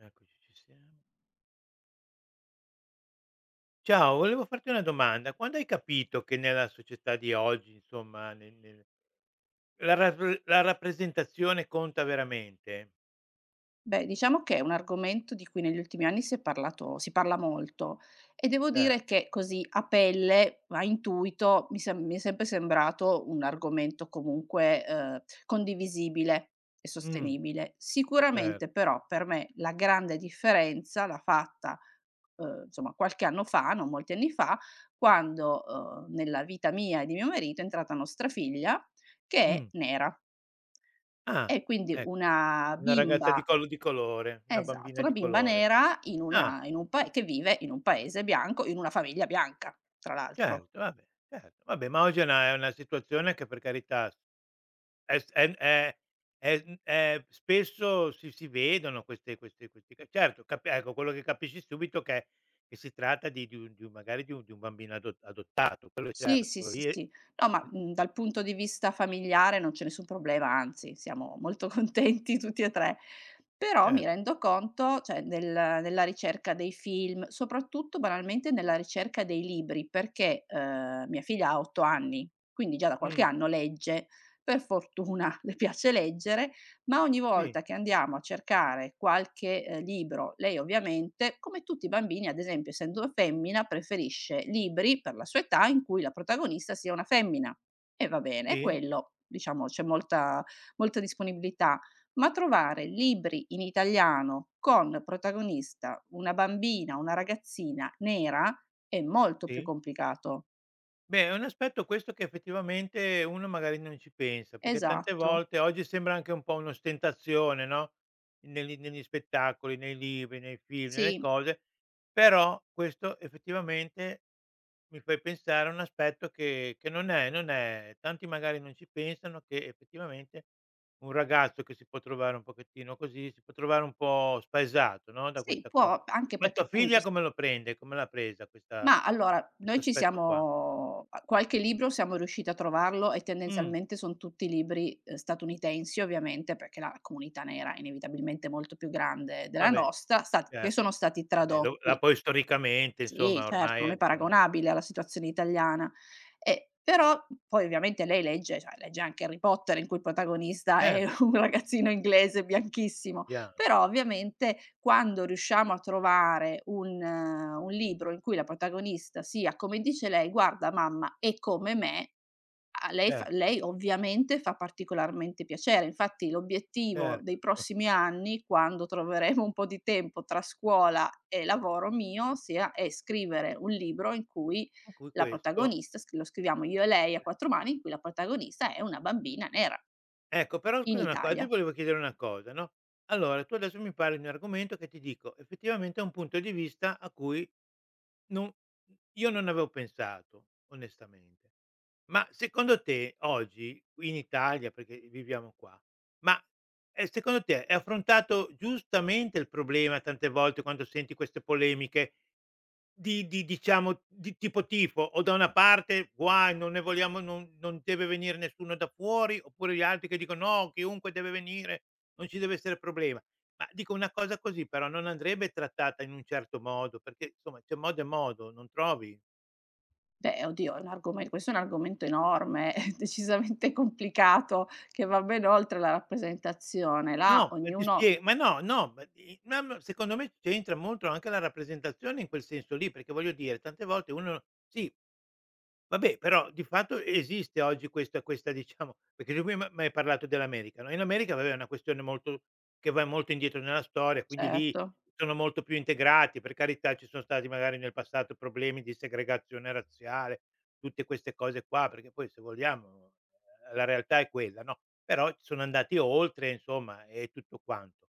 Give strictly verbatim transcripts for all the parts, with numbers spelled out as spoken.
Eccoci, ci siamo. Ciao, volevo farti una domanda. Quando hai capito che nella società di oggi, insomma, nel nel la rap la rappresentazione conta veramente? Beh, diciamo che è un argomento di cui negli ultimi anni si è parlato si parla molto e devo dire Certo. che così a pelle, a intuito, mi sem mi è sempre sembrato un argomento comunque, ehm, condivisibile e Mh. sostenibile. cer Sicuramente però per me la grande differenza l'ha fatta, ehm, insomma qualche anno fa, non molti anni fa, quando, ehm, nella vita mia e di mio marito è entrata nostra figlia che è Mh. nera Ah, e quindi ecco, una una ragazza di bimba. collo di colore, una Esatto, bambina una di bimba colore. nera in Ah, una in un pae che vive in un paese bianco, in una famiglia bianca, tra l'altro. certo, vabbè, certo. Vabbè, ma oggi è una è una situazione che, per carità. È s è n è è n è Spesso si si vedono queste queste questi ca certo, capi ecco, quello che capisci subito che che si tratta di di un di un magari di un di un bambino ado adottato, quello è Sì, certo, sì, quello sì, lì è. sì. No, ma, E mhmm, dal punto di vista familiare non c'è nessun problema, anzi siamo molto contenti tutti e tre. Però cer mi rendo conto, cioè nel nella ricerca dei film, soprattutto banalmente nella ricerca dei libri, perché, ehm, mia figlia ha otto anni, quindi già da qualche mh, anno legge, per fortuna le piace leggere. Ma ogni sì, volta che andiamo a cercare qualche, ehm, libro, lei ovviamente, come tutti i bambini, ad esempio essendo femmina, preferisce libri, per la sua età, in cui la protagonista sia una femmina. E va bene, e sì, quello diciamo c'è molta molta disponibilità. Ma trovare libri in italiano con protagonista una bambina, una ragazzina nera, è molto più sì. complicato. Beh, è un aspetto questo che effettivamente uno magari non ci pensa, perché tante Esatto. volte oggi sembra anche un po' un'ostentazione, no, negli negli spettacoli, nei libri, nei film, nelle Sì, cose, però questo effettivamente. Mi fai pensare a un aspetto che che non è non è tanti magari non ci pensano che effettivamente un ragazzo che si può trovare un pochettino così, si può trovare un po' spaesato, no, da sì, questa co può anche ma perché tua appunto. figlia come lo prende? Come l'ha presa questa, Ma allora, questo noi ci aspetto qua? siamo a qualche libro siamo riusciti a trovarlo e Mh, tendenzialmente son tutti libri, ehm, statunitensi ovviamente, perché la comunità nera è inevitabilmente molto più grande della vabbè, nostra, stat che cer sono stati vabbè, lo la tradotti. poi storicamente Sì, insomma certo, ormai, non è ehm, sono. paragonabile alla situazione italiana. E però poi ovviamente lei legge, cioè, legge anche Harry Potter in cui il protagonista Cer è un ragazzino inglese bianchissimo, Bianco, però ovviamente quando riusciamo a trovare un eh, un libro in cui la protagonista sia, come dice lei: "Guarda, mamma, è come me". A lei fa certo, lei ovviamente fa particolarmente piacere. Infatti l'obiettivo certo. dei prossimi anni, quando troveremo un po' di tempo tra scuola e lavoro mio, sia è scrivere un libro in cui Per cui la questo. protagonista sc lo scriviamo io e lei a quattro mani, in cui la protagonista è una bambina nera Ecco, però in scusa una cosa, ti Italia. volevo chiedere una cosa, no, allora tu adesso mi parli di un argomento che, ti dico, effettivamente è un punto di vista a cui non io non avevo pensato onestamente. Ma secondo te oggi qui in Italia, perché viviamo qua, ma, ehm, secondo te è affrontato giustamente il problema? Tante volte, quando senti queste polemiche di di diciamo di tipo tipo, o da una parte: "Guai, non ne vogliamo non non deve venir nessuno da fuori", oppure gli altri che dicono: "No, chiunque deve venire, non ci deve essere problema". Ma dico, una cosa così però non andrebbe trattata in un certo modo, perché insomma c'è modo e modo, non trovi? Beh, oddio, è un argomen questo è un argomento enorme, decisamente complicato, che va ben oltre la rappresentazione. Là No, per ti ognuno, spie ma no, no, ma i ma ma secondo me c'entra molto anche la rappresentazione in quel senso lì, perché voglio dire tante volte uno, sì. Vabbè, però di fatto esiste oggi questa, questa diciamo, perché tu prima m'hai parlato dell'America, no, in America vabbè è una questione molto, che va molto indietro nella storia, quindi lì certo, sono molto più integrati, per carità, ci sono stati magari nel passato problemi di segregazione razziale, tutte queste cose qua, perché poi se vogliamo, eh, la realtà è quella, no, però ci sono andati oltre, insomma, e tutto quanto.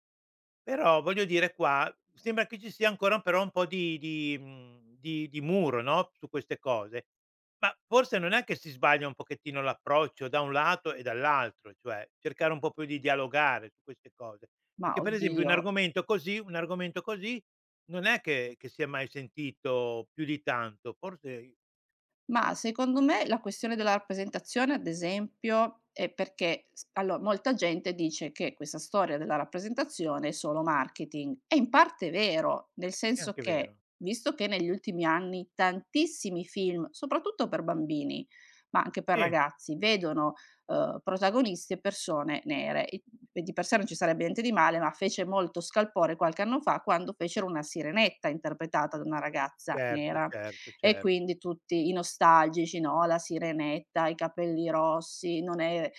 Però voglio dire, qua sembra che ci sia ancora però un po' di di mhmm, di di muro, no, su queste cose. Ma forse non è che si sbaglia un pochettino l'approccio da un lato e dall'altro, cioè cercare un po' più di dialogare su queste cose. ma Perché per esempio un oddio. argomento così un argomento così non è che che si è mai sentito più di tanto, forse. Ma secondo me la questione della rappresentazione, ad esempio, è perché s allora molta gente dice che questa storia della rappresentazione è solo marketing. È in parte vero, nel È senso anche che, vero. visto che negli ultimi anni tantissimi film, soprattutto per bambini, ma anche per Sì, ragazzi, vedono, uhm, protagoniste persone nere e e di per sé non ci sarebbe niente di male, ma fece molto scalpore qualche anno fa quando fecero una Sirenetta interpretata da una ragazza certo, nera. certo. E cer quindi tutti i nostalgici, no, la sirenetta, i capelli rossi, non è ehm,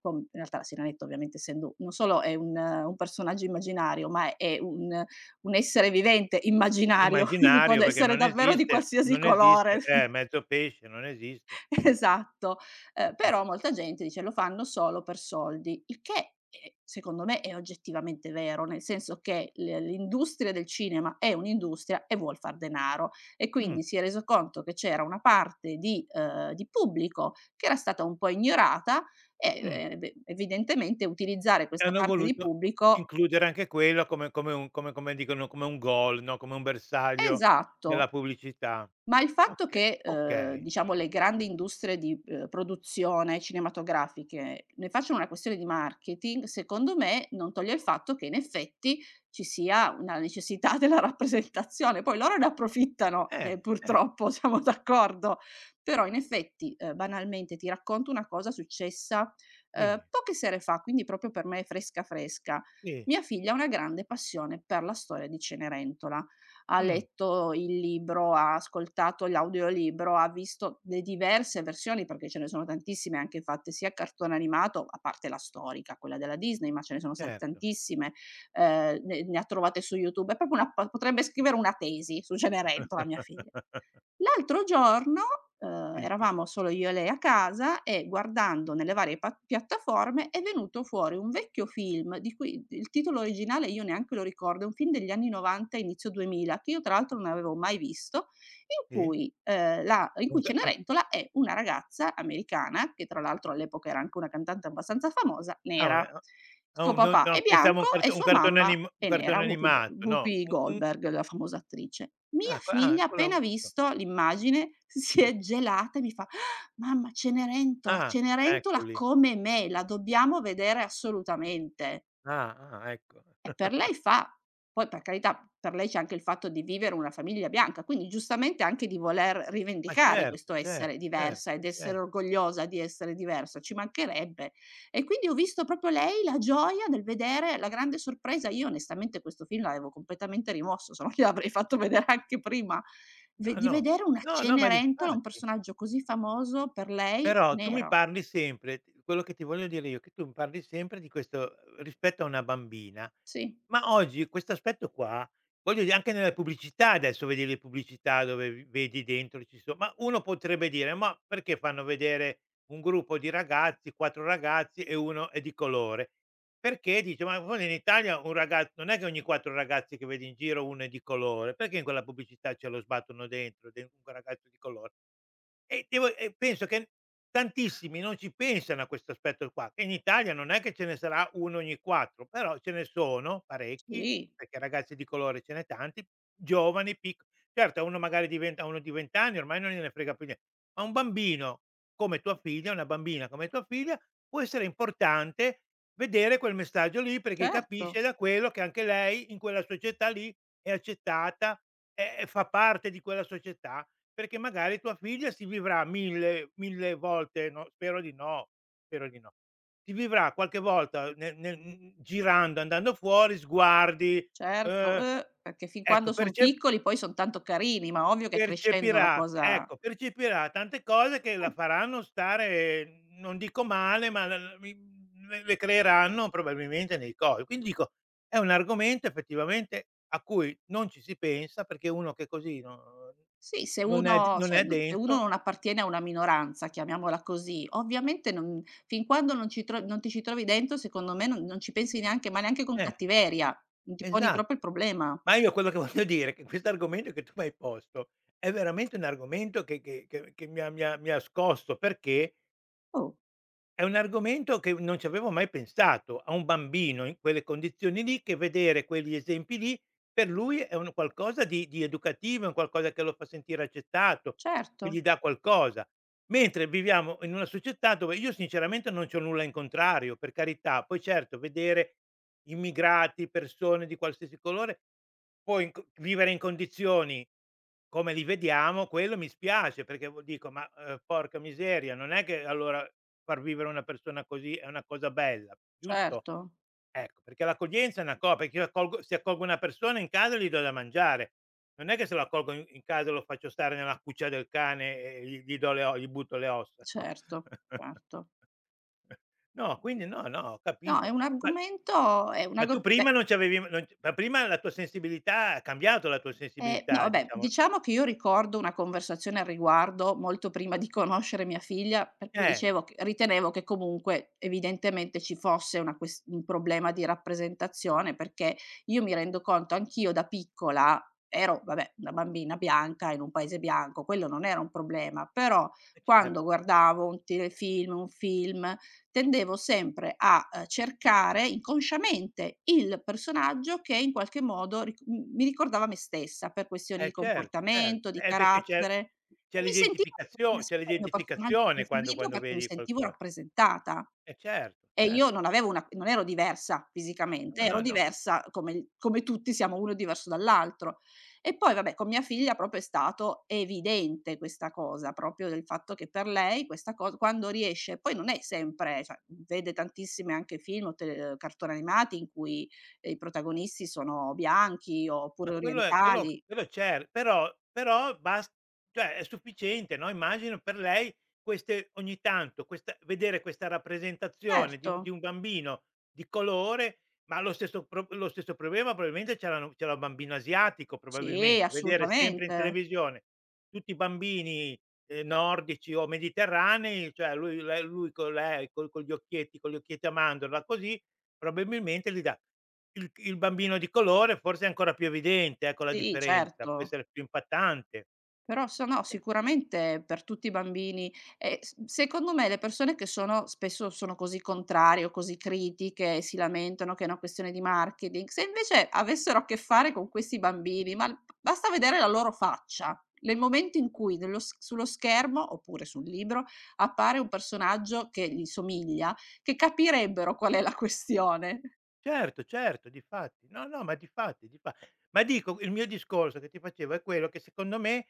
pom in realtà la sirenetta ovviamente essendo non solo è un eh, un personaggio immaginario, ma è un un essere vivente immaginario, quindi può Immaginario, d perché essere non davvero di esiste, qualsiasi non esiste, colore. eh, mezzo pesce, non esiste. Esatto, ehm, però molta gente dice: "Lo fanno solo per soldi", il che, ehm, secondo me è oggettivamente vero, nel senso che l l'industria del cinema è un'industria e vuol far denaro e Mh. quindi si è reso conto che c'era una parte di ehm, di pubblico che era stata un po' ignorata e, Mh. ehm, ev evidentemente utilizzare E questa hanno parte di voluto pubblico. includere anche quello, come, come un, come come dicono, come un goal, no, come un bersaglio Esatto. della pubblicità. Ma il fatto Okay, che, uhm, okay. diciamo le grandi industrie di, uhm, produzione cinematografiche ne facciano una questione di marketing, secondo me non toglie il fatto che in effetti ci sia una necessità della rappresentazione. Poi loro Ma ne approfittano, eh, eh, eh, purtroppo, siamo d'accordo. Però in effetti, uhm, banalmente ti racconto una cosa successa, uhm, dimmi. poche sere fa, quindi proprio per me è fresca, fresca. Sì, Mia figlia ha una grande passione per la storia di Cenerentola. Ha mh, letto il libro, ha ascoltato l'audiolibro, ha visto le diverse versioni, perché ce ne sono tantissime anche fatte sia a cartone animato, a parte la storica, quella della Disney, ma ce ne sono state certo. tantissime, ehm, ne ne ha trovate su YouTube. È proprio una pa potrebbe scrivere una tesi su Cenerentola, mia figlia. L'altro giorno, uhm, Tipo? eravamo solo io e lei a casa e guardando nelle varie pa piattaforme è venuto fuori un vecchio film di cui il titolo originale io neanche lo ricordo, è un film degli anni 'novanta inizio duemila, che io tra l'altro non avevo mai visto, in Sì? cui, ehm, la in Un cui ca un Cenerentola è una ragazza americana, che tra l'altro all'epoca era anche una cantante abbastanza famosa, ah, nera. vabbè, o a Suo un non papà è no, pensavo a un bianco e carto un sua cartone mamma anim un è nera, cartone Whoopi Go animato, no, Whoopi un un Goldberg, la famosa attrice. Mia ah, co ah, figlia con la appena u visto l'immagine si è gelata e mi fa: "Ah, mamma, Cenerentola, ah, ecco Cenerentola lì. come me, la dobbiamo vedere assolutamente". Ah, ah, ecco. E per lei fa. Poi per carità, per lei c'è anche il fatto di vivere una famiglia bianca, quindi giustamente anche di voler Ma rivendicare certo, questo essere certo, diversa certo. ed essere cer orgogliosa di essere diversa, ci mancherebbe. E quindi ho visto proprio lei la gioia nel vedere, la grande sorpresa. Io onestamente questo film l'avevo completamente rimosso, se no gliel'avrei fatto vedere anche prima. No, Ve di no. vedere una No, no, ma Cenerentola, un difatti. personaggio così famoso, per lei, Però tu mi nero. parli sempre, t quello che ti voglio dire io, che tu mi parli sempre di questo, eh, rispetto a una bambina, Sì, ma oggi questo aspetto qua, voglio dire anche nelle pubblicità adesso vedi, le pubblicità dove v vedi dentro ci so, ma uno potrebbe dire: "Ma perché fanno vedere un gruppo di ragazzi, quattro ragazzi e uno è di colore?" Perché dice: "Ma forse in Italia, un ragaz non è che ogni quattro ragazzi che vedi in giro uno è di colore, perché in quella pubblicità ce lo sbattono dentro, de un ragazzo di colore?" E devo e penso che tantissimi non ci pensano a questo aspetto qua, che in Italia non è che ce ne sarà uno ogni quattro, però ce ne sono parecchi, sì, perché ragazzi di colore ce n'è tanti, giovani, pic certo a uno magari di venti, a uno di venti anni ormai non gliene frega più nie, ma un bambino come tua figlia, una bambina come tua figlia, può essere importante vedere quel messaggio lì, perché capisce certo. da quello che anche lei in quella società lì è accettata, è è fa parte di quella società. Perché magari tua figlia si vivrà mille mille volte, no, spero di no, spero di no. Si vivrà qualche volta nel nel mhmm, girando, andando fuori, sguardi, Certo, uhm, eh, perché fin ecco quando son percep piccoli poi son tanto carini, ma ovvio che crescendo la percepirà, cosa, ecco, percepirà tante cose che la eh, faranno stare, non dico male, ma la la mi le le creeranno probabilmente nei cosi. Quindi dico, è un argomento effettivamente a cui non ci si pensa, perché uno che così, no, sì, se non è, uno, non cioè, è non se uno dentro, non appartiene a una minoranza, chiamiamola così, ovviamente non fin quando non ci tro non ti ci trovi dentro, secondo me non non ci pensi neanche, ma neanche con eh. cattiveria, non ti poni proprio il Esatto. problema. Ma io quello che voglio dire è che quest'argomento che tu m'hai posto è veramente un argomento che che che che mi ha mi ha mi ha scosso, perché Oh, è un argomento che non ci avevo mai pensato. A un bambino in quelle condizioni lì, che vedere quegli esempi lì, per lui è un qualcosa di di educativo, è un qualcosa che lo fa sentire accettato, che certo, gli dà qualcosa. Mentre viviamo in una società dove io sinceramente non c'ho nulla in contrario, per carità, poi certo vedere immigrati, persone di qualsiasi colore, poi in co vivere in condizioni come li vediamo, quello mi spiace, perché v dico: "Ma, uhm, porca miseria, non è che allora far vivere una persona così è una cosa bella, giusto?" certo, Ecco, perché l'accoglienza è una co perché io, accolgo se accolgo una persona in casa gli do da mangiare. Non è che se lo accolgo in in casa lo faccio stare nella cuccia del cane e gli gli do, le o gli butto le ossa, no. certo, certo. No, quindi no, no, ho No, è capito. un Ma argomento, è un ma tu argo, beh. prima non c'avevi, non c ma prima la tua sensibilità, ha cambiato la tua Ehm, no sensibilità vabbè, diciamo, diciamo che io ricordo una conversazione al riguardo molto prima di conoscere mia figlia, per cui eh, dicevo che ritenevo che comunque evidentemente ci fosse una ques un problema di rappresentazione, perché io mi rendo conto anch'io da piccola ero, vabbè, una bambina bianca in un paese bianco, quello non era un problema, però eh certo, quando guardavo un telefilm, un film, tendevo sempre a, ehm, cercare inconsciamente il personaggio che in qualche modo ric mhmm, mi ricordava me stessa per questioni di eh certo, certo. comportamento, di Eh, perché c'è carattere, c'è e mi sentivo l'identicfizazio c'è sempre il mio personaggio l'identificazione quando, preferito quando perché mi vedi sentivo qualcosa. rappresentata. Eh certo, E cer io non avevo una non ero diversa fisicamente, no, ero no, no. diversa come come tutti siamo uno diverso dall'altro. E poi vabbè, con mia figlia proprio è stato evidente questa cosa, proprio del fatto che per lei questa cos quando riesce, poi non è sempre, cioè vede tantissime anche film o tele cartoni animati in cui, eh, i protagonisti sono bianchi Ma oppure quello è quello, orientali. quello cer però, però bas cioè è sufficiente, no, immagino per lei, queste, ogni tanto questa, vedere questa rappresentazione di Certo, un di un bambino di colore, ma lo stesso pro lo stesso problema probabilmente ce l'hanno ce l'ha un bambino asiatico sì, probabilmente, vedere sempre in assolutamente. televisione tutti i bambini, ehm, nordici o mediterranei, cioè lui lei lui con lei col con gli occhietti con gli occhietti a mandorla, così. Probabilmente gli dà, il il bambino di colore forse è ancora più evidente, ecco, la Sì, differenza, può certo. essere più impattante. Però se no sicuramente per tutti i bambini e, s secondo me, le persone che sono spesso sono così contrarie o così critiche e si lamentano che è una questione di marketing, se invece avessero a che fare con questi bambini, ma, l basta vedere la loro faccia, nel momento in cui nello s sullo schermo, oppure sul libro, appare un personaggio che gli somiglia, che capirebbero qual è la questione. Certo, certo, difatti. No, no, ma difatti, difa ma dico, il mio discorso che ti facevo è quello che secondo me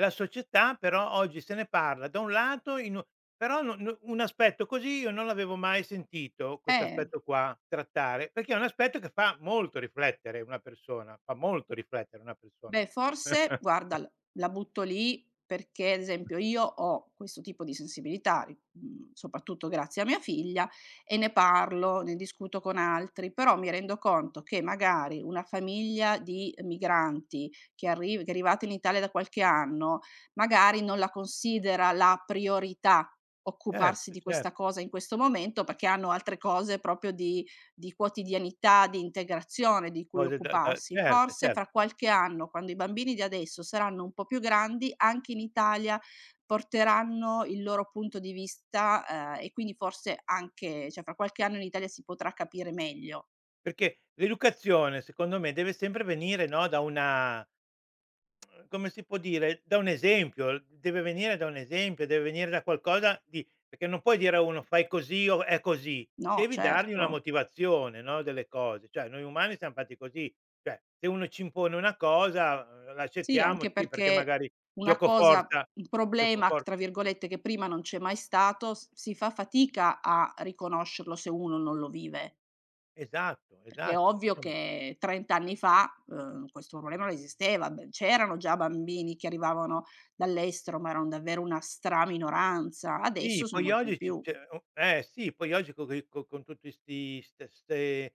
la società però oggi se ne parla da un lato in u però no, no, un aspetto così io non l'avevo mai sentito, questo Eh. aspetto qua, trattare, perché è un aspetto che fa molto riflettere una persona, fa molto riflettere una persona. Beh, forse guarda, l la butto lì perché, ad esempio, io ho questo tipo di sensibilità, ri mhmm, soprattutto grazie a mia figlia, e ne parlo, ne discuto con altri, però mi rendo conto che magari una famiglia di migranti che arri che è arrivata in Italia da qualche anno, magari non la considera la priorità occuparsi Certo, di cer questa cosa in questo momento, perché hanno altre cose proprio di di quotidianità, di integrazione di cui cose da, da occuparsi. certo, Forse certo, fra qualche anno, quando i bambini di adesso saranno un po' più grandi, anche in Italia porteranno il loro punto di vista, ehm, e quindi forse anche, cioè, fra qualche anno in Italia si potrà capire meglio. perché l'educazione secondo me deve sempre venire, no, da una, uhm, come si può dire, da un esempio, deve venire da un esempio, deve venire da qualcosa di, perché non puoi dire a uno: "Fai così o è così". No, Devi dargli una certo. motivazione, no, delle cose. Cioè noi umani siam fatti così, cioè se uno ci impone una cosa, uhm, Sì, l'accettiamo anche sì, perché perché magari una cosa giocoforza, un problema giocofor tra virgolette, che prima non c'è mai stato, s si fa fatica a riconoscerlo se uno non lo vive. esatto, Perché è esatto, ovvio insomma. che trenta anni fa, uhm, questo problema non esisteva, b c'erano già bambini che arrivavano dall'estero, ma erano davvero una stra-minoranza, Sì, adesso sono poi molti di oggi ci, più. cioè o eh sì, poi oggi, co coi co con tutti sti ste ste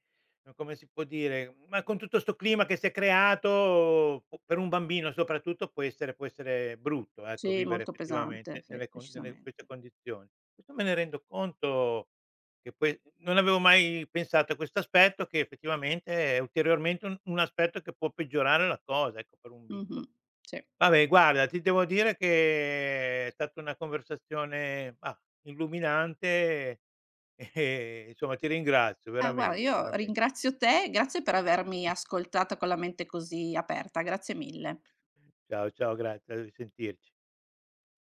come si può dire, ma con tutto 'sto clima che si è creato, p per un bambino soprattutto può essere può essere brutto, ecco, Sì, vivere molto pesante, effettivamente sì, nelle con nelle in queste decisamente. condizioni. Questo me ne rendo conto, che poi non avevo mai pensato a questo aspetto, che effettivamente è ulteriormente un un aspetto che può peggiorare la cosa, ecco, per un bimbo. Mh-mh, sì. Vabbè guarda, ti devo dire che è stata una conversazione, mah, illuminante, e insomma ti ringrazio Ah guarda, veramente, io veramen ringrazio te, grazie per avermi ascoltata con la mente così aperta, grazie mille. ciao, ciao, grazie, a sentirci.